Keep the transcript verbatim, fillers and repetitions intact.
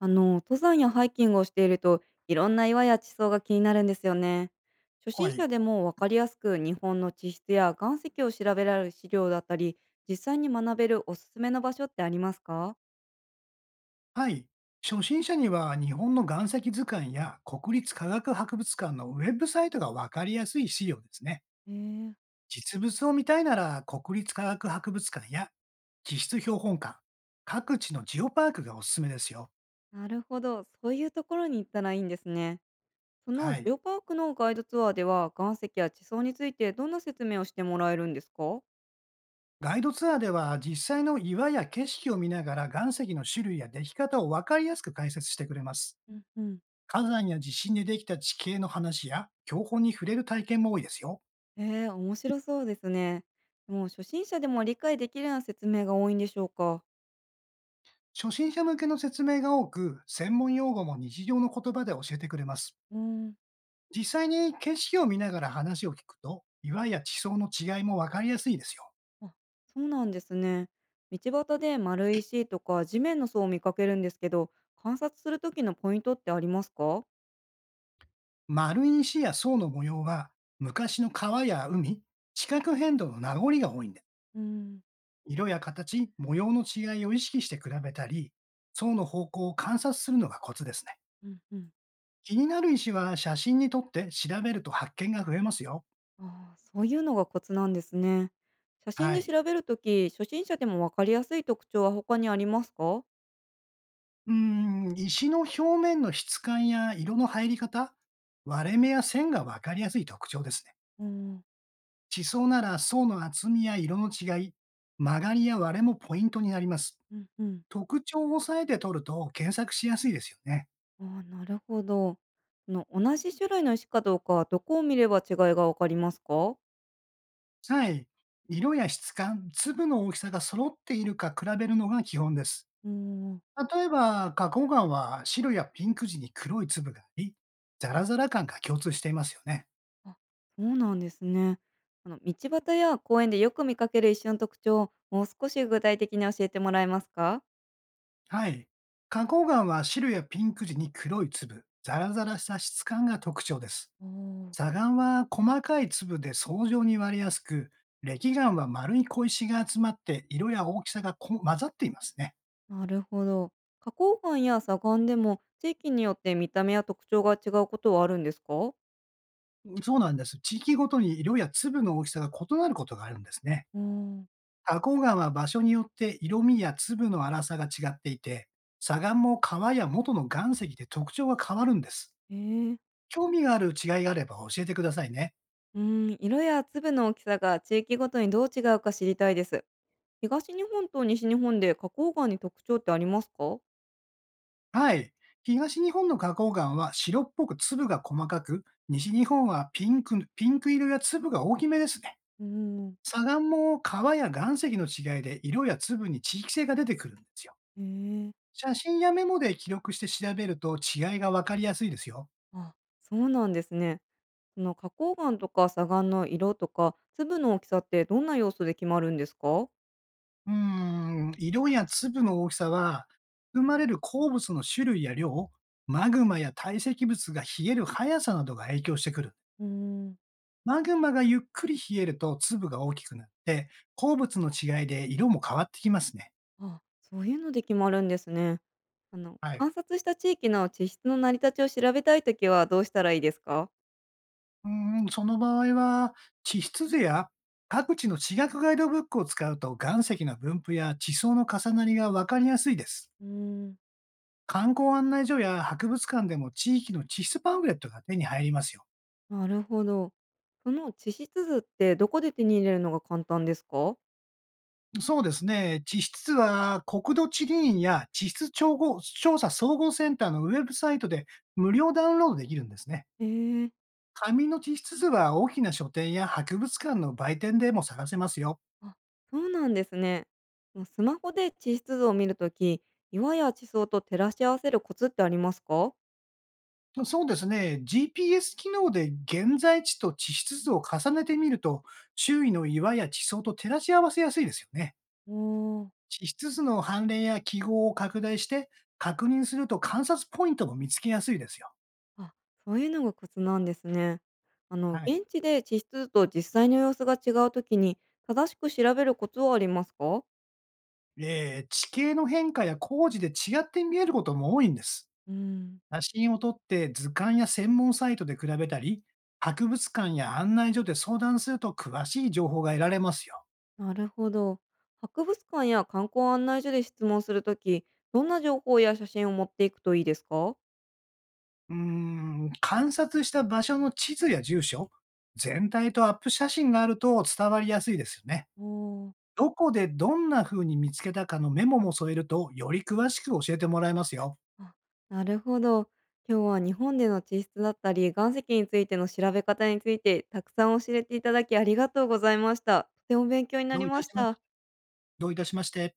あの、登山やハイキングをしていると、いろんな岩や地層が気になるんですよね。初は心い。者でもわかりやすく日本の地質や岩石を調べられる資料だったり、実際に学べるおすすめの場所ってありますか？はい。初心者には日本の岩石図鑑や国立科学博物館のウェブサイトがわかりやすい資料ですね。へえー、実物を見たいなら国立科学博物館や地質標本館、各地のジオパークがおすすめですよ。なるほど、そういうところに行ったらいいんですね。そのはジい。オパークのガイドツアーでは、岩石や地層についてどんな説明をしてもらえるんですか？ガイドツアーでは実際の岩や景色を見ながら岩石の種類や出来方をわかりやすく解説してくれます。うんうん、火山や地震でできた地形の話や標本に触れる体験も多いですよ。えー、面白そうですね。でも初心者でも理解できるような説明が多いんでしょうか？初心者向けの説明が多く、専門用語も日常の言葉で教えてくれます。うん。実際に景色を見ながら話を聞くと、岩や地層の違いもわかりやすいですよ。あ、そうなんですね。道端で丸い石とか地面の層を見かけるんですけど、観察する時のポイントってありますか？丸い石や層の模様は、昔の川や海、地殻変動の名残が多いんで、うん、色や形、模様の違いを意識して比べたり、層の方向を観察するのがコツですね。うんうん。気になる石は写真に撮って調べると発見が増えますよ。ああ、そういうのがコツなんですね。写真はでい。調べるとき、初心者でもわかりやすい特徴は他にありますか？うーん、石の表面の質感や色の入り方、割れ目や線が分かりやすい特徴ですね。うん地層なら層の厚みや色の違い、曲がりや割れもポイントになります。うんうん。特徴を押さえて取ると検索しやすいですよね。ああ、なるほど。その同じ種類の石かどうか、どこを見れば違いがわかりますか？はい。色や質感、粒の大きさが揃っているか比べるのが基本です。うん。例えば、花崗岩は白やピンク時に黒い粒があり、ザラザラ感が共通していますよね。あ、そうなんですね。あの道端や公園でよく見かける一種の特徴をもう少し具体的に教えてもらえますか？はい。花崗岩は白やピンク時に黒い粒、ザラザラした質感が特徴です。おー。砂岩は細かい粒で層状に割れやすく、礫岩は丸い小石が集まって色や大きさがこ混ざっていますね。なるほど。花崗岩や砂岩でも地域によって見た目や特徴が違うことはあるんですか？そうなんです。地域ごとに色や粒の大きさが異なることがあるんですね。おー。花崗岩は場所によって色味や粒の粗さが違っていて、砂岩も川や元の岩石で特徴が変わるんです。えー、興味がある違いがあれば教えてくださいね。うん、色や粒の大きさが地域ごとにどう違うか知りたいです。東日本と西日本で花崗岩に特徴ってありますか？はい。東日本の花崗岩は白っぽく粒が細かく、西日本はピンク、ピンク色や粒が大きめですね。うん。砂岩も川や岩石の違いで色や粒に地域性が出てくるんですよ。えー、写真やメモで記録して調べると違いがわかりやすいですよ。あ、そうなんですね。その花崗岩とか砂岩の色とか粒の大きさってどんな要素で決まるんですか？うーん、色や粒の大きさは、含まれる鉱物の種類や量、マグマや堆積物が冷える速さなどが影響してくるんです。うーん、マグマがゆっくり冷えると粒が大きくなって、鉱物の違いで色も変わってきますね。あ、そういうので決まるんですね。あのはい。観察した地域の地質の成り立ちを調べたいときはどうしたらいいですか？うーん、その場合は、地質図や各地の地学ガイドブックを使うと岩石の分布や地層の重なりがわかりやすいです。うーん、観光案内所や博物館でも地域の地質パンフレットが手に入りますよ。なるほど。その地質図ってどこで手に入れるのが簡単ですか？そうですね。地質図は国土地理院や地質調合調査総合センターのウェブサイトで無料ダウンロードできるんですね。へえ。紙の実質図は大きな書店や博物館の売店でも探せますよ。あ、そうなんですね。もうスマホで地質図を見るとき、岩や地層と照らし合わせるコツってありますか？そうですね。ジーピーエス 機能で現在地と地質図を重ねてみると、周囲の岩や地層と照らし合わせやすいですよね。おー。地質図の判例や記号を拡大して確認すると観察ポイントも見つけやすいですよ。あ、そういうのがコツなんですね。あの、はい。現地で地質図と実際の様子が違うときに、正しく調べるコツはありますか？えー地形の変化や工事で違って見えることも多いんです。うん、写真を撮って図鑑や専門サイトで比べたり、博物館や案内所で相談すると詳しい情報が得られますよ。なるほど。博物館や観光案内所で質問するとき、どんな情報や写真を持っていくといいですか？うーん、観察した場所の地図や住所、全体とアップ写真があると伝わりやすいですよね。おー。どこでどんな風に見つけたかのメモも添えると、より詳しく教えてもらえますよ。あ、なるほど。今日は日本での地質だったり、岩石についての調べ方について、たくさん教えていただきありがとうございました。とても勉強になどりういまたししまた。しどういたしまして。